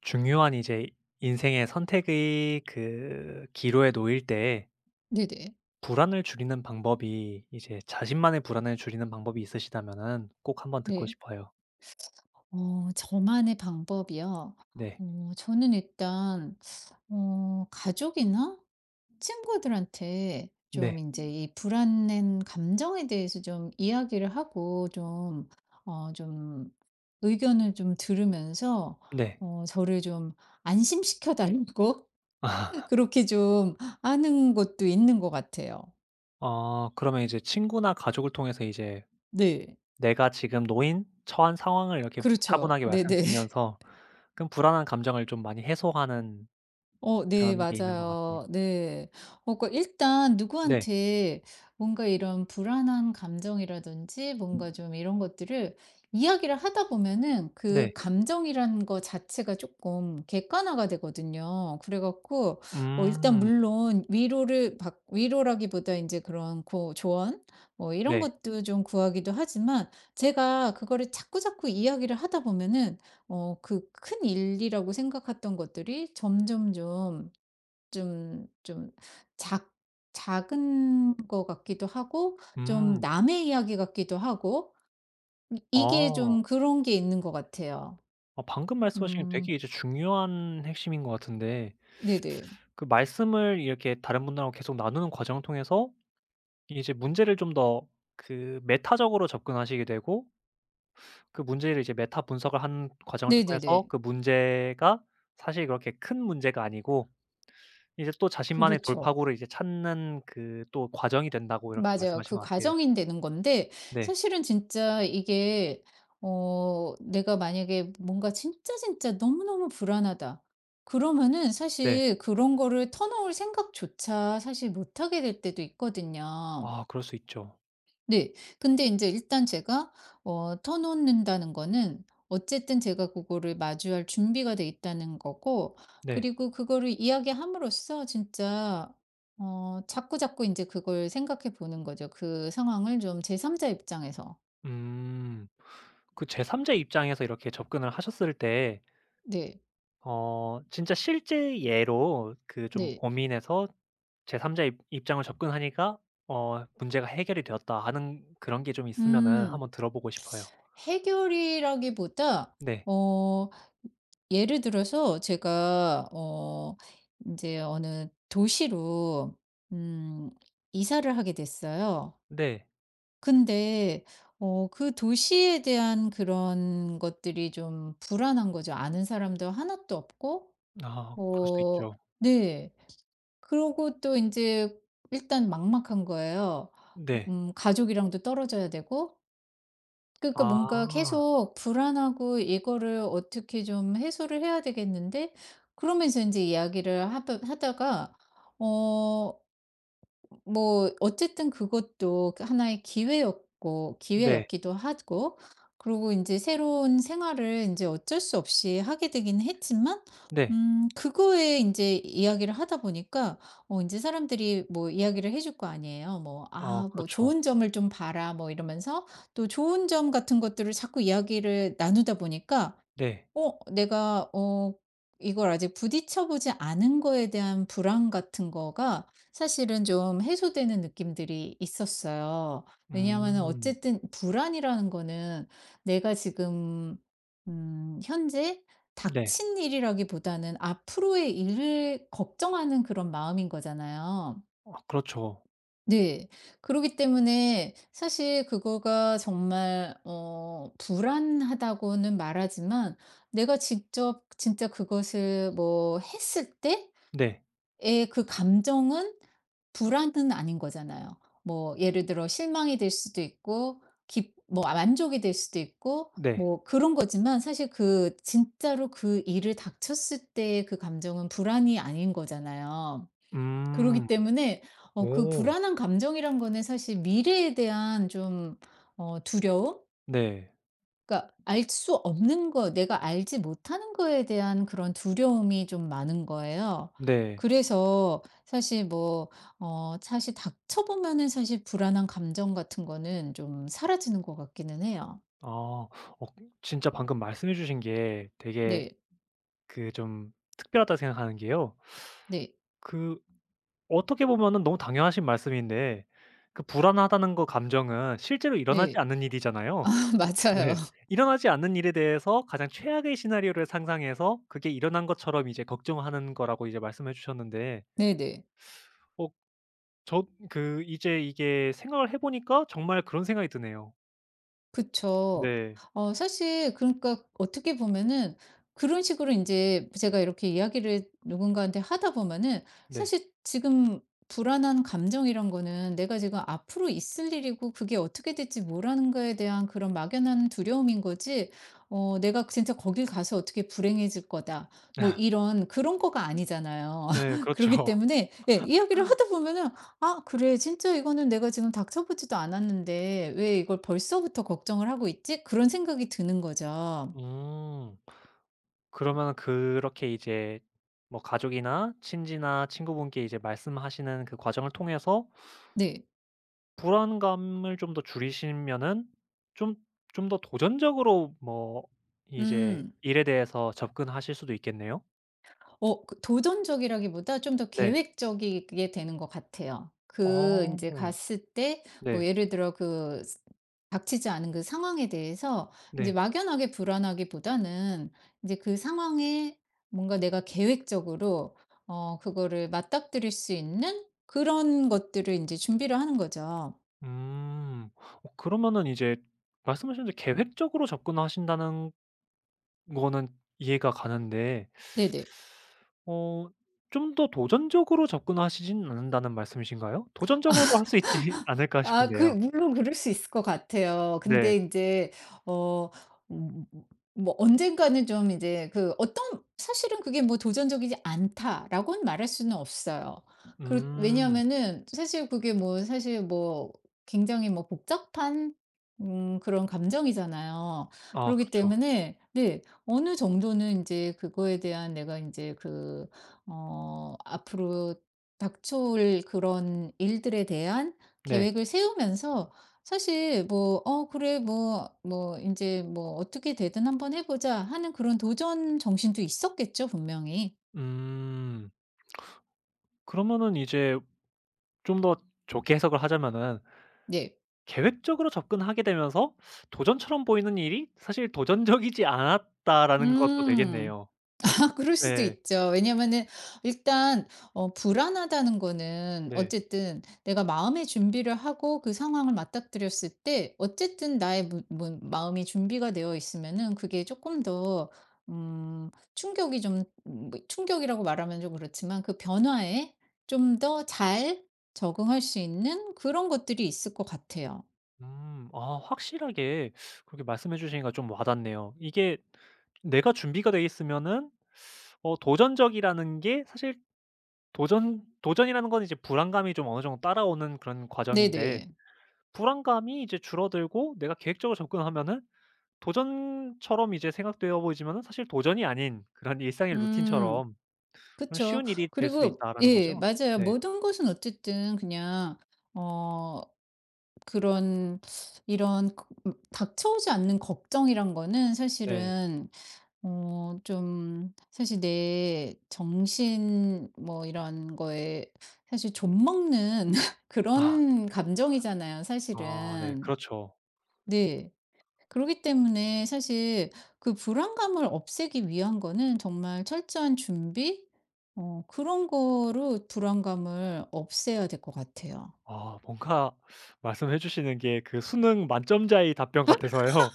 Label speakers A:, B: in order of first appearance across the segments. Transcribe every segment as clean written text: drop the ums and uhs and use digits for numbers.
A: 중요한 이제 인생의 선택의 그 기로에 놓일 때
B: 네네.
A: 불안을 줄이는 방법이 이제 자신만의 불안을 줄이는 방법이 있으시다면은 꼭 한번 듣고
B: 네.
A: 싶어요.
B: 저만의 방법이요?
A: 네.
B: 저는 일단 가족이나 친구들한테 좀
A: 네.
B: 이제 이 불안한 감정에 대해서 좀 이야기를 하고 좀 의견을 좀 들으면서
A: 네.
B: 저를 좀 안심시켜 달라고 그렇게 좀 하는 것도 있는 것 같아요.
A: 그러면 이제 친구나 가족을 통해서 이제
B: 네.
A: 내가 지금 놓인 처한 상황을 이렇게
B: 그렇죠.
A: 차분하게
B: 네네.
A: 말씀드리면서 그럼 불안한 감정을 좀 많이 해소하는
B: 네
A: 그런 게 있는 것 같아요.
B: 맞아요. 네. 그 일단
A: 네.
B: 누구한테 뭔가 이런 불안한 감정이라든지 뭔가 좀 이런 것들을 이야기를 하다 보면은
A: 네.
B: 그 감정이라는 거 자체가 조금 객관화가 되거든요. 그래 갖고 일단
A: 음.
B: 물론 위로를 받 위로라기보다 이제 그런 고 조언 뭐 이런
A: 네.
B: 것도 좀 구하기도 하지만 제가 그거를 자꾸자꾸 이야기를 하다 보면은 그 큰 일이라고 생각했던 것들이 점점 좀 좀 좀 작 작은 것 같기도 하고 좀
A: 음.
B: 남의 이야기 같기도 하고 이 이게 좀
A: 어.
B: 그런 게 있는 것 같아요.
A: 방금 말씀하신 게
B: 음
A: 되게 이제 중요한 핵심인 것 같은데
B: 네네.
A: 그 말씀을 이렇게 다른 분들하고 계속 나누는 과정을 통해서 이제 문제를 좀 더 그 메타적으로 접근하시게 되고 그 문제를 이제 메타 분석을 한 과정을 통해서
B: 네네네.
A: 그 문제가 사실 그렇게 큰 문제가 아니고 이제 또 자신만의
B: 그렇죠.
A: 돌파구를 이제 찾는 그 또 과정이 된다고 이렇게
B: 맞아요.
A: 말씀하신
B: 그
A: 것 같아요.
B: 과정이 되는 건데
A: 네.
B: 사실은 진짜 이게 내가 만약에 뭔가 진짜 진짜 너무너무 불안하다. 그러면은
A: 네.
B: 사실 그런 거를 터놓을 생각조차 사실 못하게 될 때도 있거든요.
A: 아 그럴 수 있죠.
B: 네. 근데 인제 일단 제가 터 놓는다는 거는 어쨌든 제가 그거를 마주할 준비가 돼 있다는 거고,
A: 네.
B: 그리고 그거를 이야기함으로써 진짜 자꾸자꾸 인제 그걸 생각해 보는 거죠, 그 상황을 좀 제 3자 입장에서.
A: 음. 그 제 3자의 입장에서 이렇게 접근을 하셨을 때
B: 네.
A: 진짜 실제 예로 그 좀
B: 네.
A: 고민해서 제3 자 입장을 접근하니까 '문제가 해결이 되었다.' 하는 그런 게 좀 있으면은
B: 음.
A: 한번 들어보고 싶어요.
B: 해결이라기보다
A: 네.
B: 어 예를 들어서 제가 인제 어느 도시로 음 이사를 하게 됐어요.
A: 네.
B: 근데 그 도시에 대한 그런 것들이 좀 불안한 거죠. 아는 사람도 하나도 없고.
A: 아 그럴 수
B: 어
A: 있죠.
B: 네. 그러고 또 인제 일단 막막한 거예요.
A: 네.
B: 가족이랑도 떨어져야 되고, 그러니까 뭔가
A: 아.
B: 계속 불안하고 이거를 어떻게 좀 해소를 해야 되겠는데, 그러면서 이제 이야기를 하다가 어 뭐 어쨌든 그것도 그 하나의 기회였고
A: 네.
B: 기회였기도 하고, 그리고 인제 새로운 생활을 인제 어쩔 수 없이 하게 되긴 했지만
A: 네.
B: 그거에 인제 이야기를 하다 보니까 인제 사람들이 뭐 이야기를 해줄 거 아니에요. 뭐
A: 아
B: "아 뭐
A: 그렇죠.
B: 좋은 점을 좀 봐라." 뭐 이러면서 또 좋은 점 같은 것들을 자꾸 이야기를 나누다 보니까
A: 네.
B: 어 내가 어 이걸 아직 부딪혀 보지 않은 거에 대한 불안 같은 거가 사실은 좀 해소되는 느낌들이 있었어요. 왜냐하면은
A: 음.
B: 어쨌든 불안이라는 거는 내가 지금 현재
A: 네.
B: 닥친 일이라기보다는 앞으로의 일을 걱정하는 그런 마음인 거잖아요.
A: 아 그렇죠.
B: 네. 그러기 때문에 사실 그거가 정말 불안하다고는 말하지만 내가 직접 진짜 그것을 뭐 했을
A: 네.
B: 때의 그 감정은 불안은 아닌 거잖아요. 뭐 예를 들어 실망이 될 수도 있고 기 뭐 만족이 될 수도 있고
A: 네.
B: 뭐 그런 거지만, 사실 그 진짜로 그 일을 닥쳤을 때의 그 감정은 불안이 아닌 거잖아요.
A: 음.
B: 그러기 때문에 그
A: 오.
B: 불안한 감정이란 거는 사실 미래에 대한 좀 두려움?
A: 네.
B: 그러니까 알 수 없는 거, 내가 알지 못하는 거에 대한 그런 두려움이 좀 많은 거예요.
A: 네.
B: 그래서 사실 사실 닥쳐 보면은 사실 불안한 감정 같은 거는 좀 사라지는 것 같기는 해요.
A: 아. 진짜 방금 말씀해 주신 게 되게
B: 네.
A: 그 좀 특별하다고 생각하는 게요.
B: 네.
A: 그 어떻게 보면은 너무 당연하신 말씀인데 그 불안하다는 거 감정은 실제로
B: 네.
A: 일어나지 않는 일이잖아요.
B: 맞아요.
A: 네. 일어나지 않는 일에 대해서 가장 최악의 시나리오를 상상해서 그게 일어난 것처럼 이제 걱정하는 거라고 이제 말씀해 주셨는데
B: 네네.
A: 어 저 그 이제 이게 생각을 해 보니까 정말 그런 생각이 드네요.
B: 그쵸.
A: 네.
B: 사실 그러니까 어떻게 보면은 그런 식으로 이제 제가 이렇게 이야기를 누군가한테 하다 보면은
A: 네.
B: 사실 지금 불안한 감정이란 거는 내가 지금 앞으로 있을 일이고, 그게 어떻게 될지 모르는 거에 대한 그런 막연한 두려움인 거지, '내가 진짜 거길 가서 어떻게 불행해질 거다.' 뭐 이런 그런 거가 아니잖아요.
A: 예
B: 그러기
A: 그렇죠.
B: 때문에 예 이야기를 하다 보면은 아 그래. 진짜 이거는 내가 지금 닥쳐보지도 않았는데 왜 이걸 벌써부터 걱정을 하고 있지? 그런 생각이 드는 거죠.
A: 음. 그러면 그렇게 이제 뭐 가족이나 친지나 친구분께 이제 말씀하시는 그 과정을 통해서
B: 네.
A: 불안감을 좀 더 줄이시면은 좀 좀 더 도전적으로 뭐 이제
B: 음.
A: 일에 대해서 접근하실 수도 있겠네요?
B: 그 도전적이라기보다 좀 더
A: 네.
B: 계획적이게 되는 것 같아요. 그 이
A: 어.
B: 제 갔을 때 뭐
A: 네.
B: 예를 들어 그 스 닥치지 않은 그 상황에 대해서 이제
A: 네.
B: 막연하게 불안하기보다는 이제 그 상황에 뭔가 내가 계획적으로 그거를 맞닥뜨릴 수 있는 그런 것들을 이제 준비를 하는 거죠.
A: 음. 그러면은 이제 말씀하신 대로 계획적으로 접근하신다는 거는 이해가 가는데
B: 네네.
A: 어 좀 더 도전적으로 접근하시진 않는다는 말씀이신가요? 도전적으로도 할 수 있지 않을까
B: 아 그
A: 싶은데요.
B: 물론 그럴 수 있을 것 같아요.
A: 네.
B: 근데 이제 어 음 뭐 언젠가는 좀 이제 그 어떤 사실은 그게 뭐 '도전적이지 않다.'라고는 말할 수는 없어요. 그
A: 음.
B: 왜냐하면은 사실 그게 뭐 사실 뭐 굉장히 뭐 복잡한 그런 감정이잖아요.
A: 아
B: 그러기
A: 그렇죠.
B: 때문에 네 어느 정도는 이제 그거에 대한 내가 이제 앞으로 닥쳐올 그런 일들에 대한
A: 네.
B: 계획을 세우면서 사실 뭐 '어 그래 뭐 뭐 이제 뭐 어떻게 되든 한번 해 보자.' 하는 그런 도전 정신도 있었겠죠 분명히.
A: 음. 그러면은 이제 좀 더 좋게 해석을 하자면은
B: 네.
A: 계획적으로 접근하게 되면서 도전처럼 보이는 일이 사실 도전적이지 않았다라는 것도
B: 음.
A: 되겠네요.
B: 그럴 수도
A: 네.
B: 있죠. 왜냐면은 일단 불안하다는 거는
A: 네.
B: 어쨌든 내가 마음의 준비를 하고 그 상황을 맞닥뜨렸을 때 어쨌든 나의 무 뭐 마음이 준비가 되어 있으면은 그게 조금 더 음 충격이 좀 뭐 충격이라고 말하면 좀 그렇지만 그 변화에 좀 더 잘 적응할 수 있는 그런 것들이 있을 것 같아요.
A: 음. 아 확실하게 그렇게 말씀해 주시니까 좀 와닿네요. 이게 내가 준비가 돼 있으면은 도전적이라는 게 사실 도전이라는 건 이제 불안감이 좀 어느 정도 따라오는 그런 과정인데
B: 네네.
A: 불안감이 이제 줄어들고 내가 계획적으로 접근하면은 도전처럼 이제 생각되어 보이지만은 사실 도전이 아닌 그런 일상의
B: 음.
A: 루틴처럼 그런
B: 그쵸.
A: '쉬운 일이 될 수도
B: 그리고
A: 있다.'라는
B: 예
A: 거죠?
B: 맞아요.
A: 네.
B: 모든 것은 어쨌든 그냥 어 그런 이런 거, 닥쳐오지 않는 걱정이란 거는
A: 네.
B: 사실은 좀 사실 내 정신 뭐 이런 거에 사실 좀먹는
A: 아.
B: 그런 감정이잖아요
A: 아 네.
B: 사실은.
A: 그렇죠.
B: 네. 그러기 때문에 사실 그 불안감을 없애기 위한 거는 정말 철저한 준비? 어, 그런 거로 불안감을 없애야 될 것 같아요.
A: 아 뭔가 말씀해 주시는 게 그 수능 만점자의 답변 같아서요.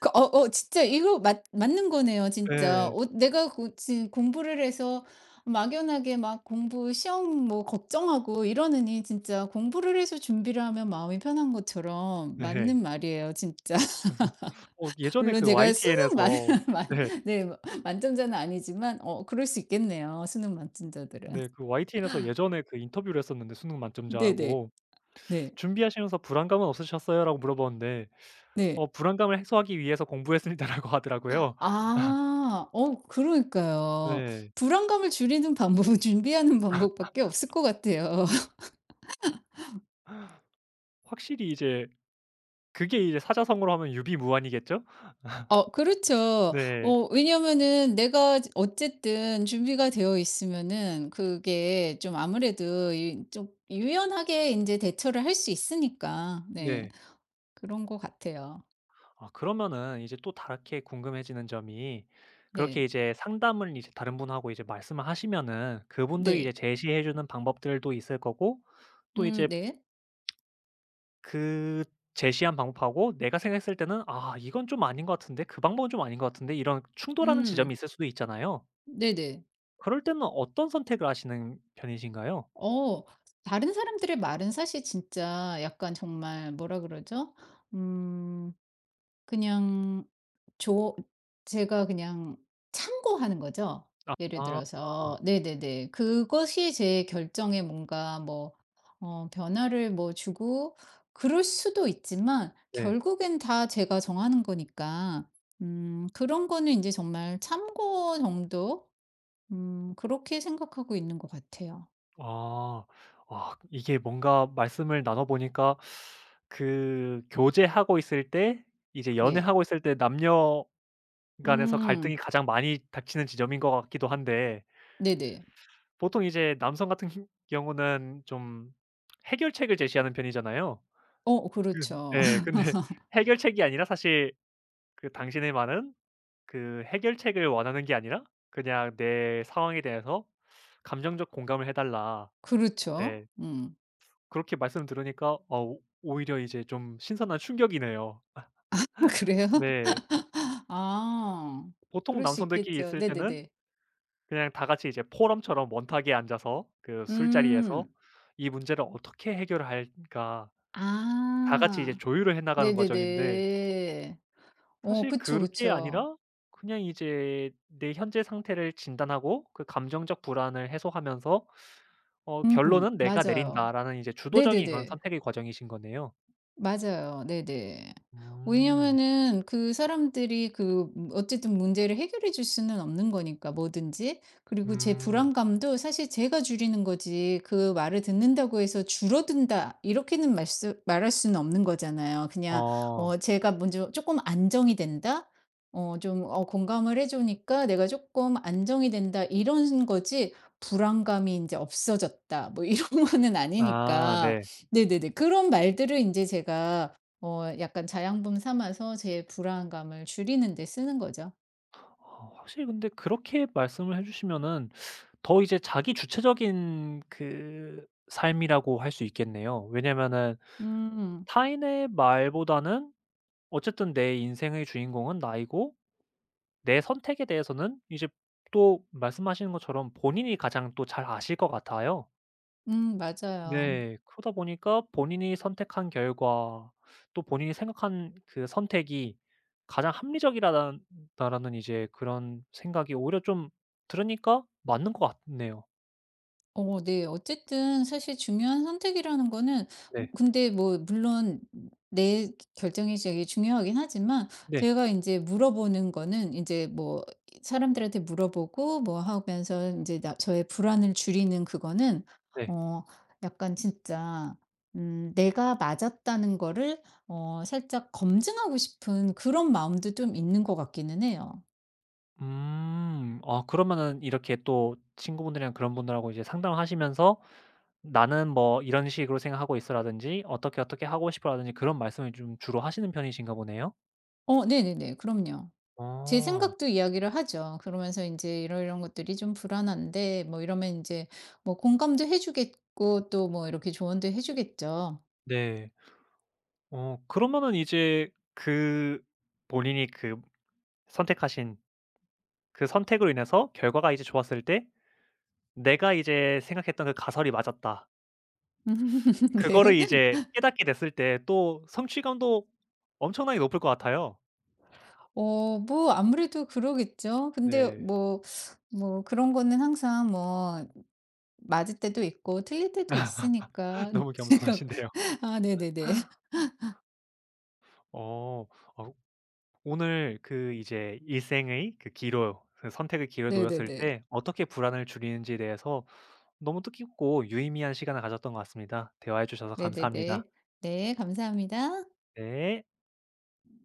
B: 진짜 이거 맞는 거네요, 진짜.
A: 네.
B: 지금 공부를 해서 막연하게 막 공부, 시험 뭐 걱정하고 이러느니 진짜 공부를 해서 준비를 하면 마음이 편한 것처럼,
A: 네.
B: 맞는 말이에요, 진짜.
A: 그래서 예전에
B: 물론
A: 그
B: 제가 수능
A: YTN에서
B: 만 만
A: 네.
B: 네 만점자는 아니지만 그럴 수 있겠네요, 수능 만점자들은.
A: 네. 그 YTN에서 예전에 그 인터뷰를 했었는데 수능
B: 네네.
A: 만점자하고
B: 네.
A: "준비하시면서 불안감은 없으셨어요?"라고 물어봤는데
B: 네.
A: "어 불안감을 해소하기 위해서 공부했습니다."라고 하더라고요.
B: 아. 그러니까요.
A: 네.
B: 불안감을 줄이는 방법은 준비하는 방법밖에 없을 것 같아요.
A: 확실히 이제 그게 이제 사자성어로 하면 유비무환이겠죠?
B: 그렇죠.
A: 네.
B: 왜냐면은 내가 어쨌든 준비가 되어 있으면은 그게 좀 아무래도 이 좀 유연하게 이제 대처를 할 수 있으니까. 네.
A: 네.
B: 그런 것 같아요.
A: 아 그러면은 이제 또 다르게 궁금해지는 점이 그렇게
B: 네.
A: 이제 상담을 이제 다른 분하고 이제 말씀을 하시면은 그분들이
B: 네.
A: 이제 제시해 주는 방법들도 있을 거고 또 이제
B: 네.
A: 그 제시한 방법하고 내가 생각했을 때는 '아 이건 좀 아닌 것 같은데. 그 방법은 좀 아닌 것 같은데.' 이런 충돌하는 지점이
B: 음.
A: 있을 수도 있잖아요.
B: 네네.
A: 그럴 때는 어떤 선택을 하시는 편이신가요?
B: 어 다른 사람들의 말은 사실 진짜 약간 정말 뭐라 그러죠? 음 그냥 조 제가 그냥 참고하는 거죠. 예를
A: 아
B: 들어서 네네네. 그것이 제 결정에 뭔가 뭐 변화를 뭐 주고 그럴 수도 있지만
A: 네.
B: 결국엔 다 제가 정하는 거니까 그런 거는 이제 정말 참고 정도? 그렇게 생각하고 있는 것 같아요.
A: 아. 아 이게 뭔가 말씀을 나눠 보니까 그 교제하고 있을 때 이제
B: 네.
A: 연애하고 있을 때 남녀 간에서
B: 음
A: 갈등이 가장 많이 닥치는 지점인 것 같기도 한데
B: 네네.
A: 보통 이제 남성 같은 경우는 좀 해결책을 제시하는 편이잖아요. 그
B: 그렇죠.
A: 네, 근데 해결책이 아니라 사실 그 당신의 말은 그 해결책을 원하는 게 아니라 그냥 내 상황에 대해서 감정적 공감을 해 달라.
B: 그렇죠.
A: 네.
B: 음.
A: 그렇게 말씀 들으니까 어 오 오히려 이제 좀 신선한 충격이네요.
B: 그래요?
A: 네.
B: 아.
A: 보통
B: 그럴 수
A: 남성들끼리
B: 있겠죠.
A: 있을 때는
B: 네네네.
A: 그냥 다 같이 이제 포럼처럼 원탁에 앉아서 그 술자리에서
B: 음.
A: 이 문제를 어떻게 해결을 할까 다 같이 이제
B: 아.
A: 조율을 해 나가는 과정인데
B: 네네네.
A: 사실
B: 그쵸,
A: 그게
B: 그쵸.
A: 아니라 그냥 이제 내 현재 상태를 진단하고 그 감정적 불안을 해소하면서 '결론은 내가
B: 맞아요.
A: 내린다.'라는 이제 주도적인 그런
B: 네네네.
A: 선택의 과정이신 거네요.
B: 맞아요. 네네.
A: 음.
B: 왜냐면은 그 사람들이 어쨌든 문제를 해결해 줄 수는 없는 거니까 뭐든지. 그리고 제
A: 음.
B: 불안감도 사실 제가 줄이는 거지, 그 말을 듣는다고 해서 "줄어든다." 이렇게는 말쓰 말할 수는 없는 거잖아요. 그냥
A: 아.
B: 제가 먼저 조금 안정이 된다? 공감을 해 주니까 내가 조금 안정이 된다 이런 거지 불안감이 이제 없어졌다 뭐 이런 거는
A: 아
B: 아니니까.
A: 네.
B: 네네네. 그런 말들을 인제 제가 약간 자양분 삼아서 제 불안감을 줄이는 데 쓰는 거죠.
A: 확실히 근데 그렇게 말씀을 해 주시면은 더 이제 자기 주체적인 그 삶이라고 할 수 있겠네요. 왜냐면은
B: 음.
A: 타인의 말보다는 어쨌든 내 인생의 주인공은 나이고 내 선택에 대해서는 이제 또 말씀하시는 것처럼 본인이 가장 또 잘 아실 것 같아요.
B: 맞아요.
A: 네. 그러다 보니까 본인이 선택한 결과 또 본인이 생각한 그 선택이 가장 합리적이라는 다라는 이제 그런 생각이 오히려 좀 들으니까 맞는 것 같네요.
B: 어 네. 어쨌든 사실 중요한 선택이라는 거는,
A: 네.
B: 근데 뭐 물론 내 결정이 되게 중요하긴 하지만
A: 네.
B: 제가 이제 물어보는 거는 사람들한테 물어보고 뭐 하면서 이제 나 저의 불안을 줄이는 그거는
A: 네.
B: 어 약간 진짜 내가 맞았다는 거를 살짝 검증하고 싶은 그런 마음도 좀 있는 것 같기는 해요.
A: 음. 아 그러면은 이렇게 또 친구분들이랑 그런 분들하고 이제 상담을 하시면서 "나는 뭐 이런 식으로 생각하고 있어."라든지 "어떻게, 어떻게 하고 싶어."라든지 그런 말씀을 좀 주로 하시는 편이신가 보네요.
B: 어 네네네. 그럼요. 제
A: 어.
B: 생각도 이야기를 하죠. 그러면서 이제 이런 것들이 좀 불안한데." 뭐 이러면 이제 뭐 공감도 해 주겠고 또 뭐 이렇게 조언도 해 주겠죠.
A: 네. 그러면은 이제 그 본인이 그 선택하신 그 선택으로 인해서 결과가 이제 좋았을 때 '내가 이제 생각했던 그 가설이 맞았다.' 그거를
B: 네.
A: 이제 깨닫게 됐을 때 또 성취감도 엄청나게 높을 것 같아요.
B: 뭐 아무래도 그러겠죠. 근데
A: 네.
B: 뭐 그런 거는 항상 뭐 맞을 때도 있고 틀릴 때도 있으니까.
A: 너무 겸손하신데요.
B: 아 네네네.
A: 어. 어 오늘 그 이제 일생의 그 기로 그 선택의 기로에 놓였을
B: 네네네.
A: 때 어떻게 불안을 줄이는지에 대해서 너무 뜻깊고 유의미한 시간을 가졌던 것 같습니다. 대화해 주셔서 감사합니다.
B: 네네네. 네 감사합니다.
A: 네.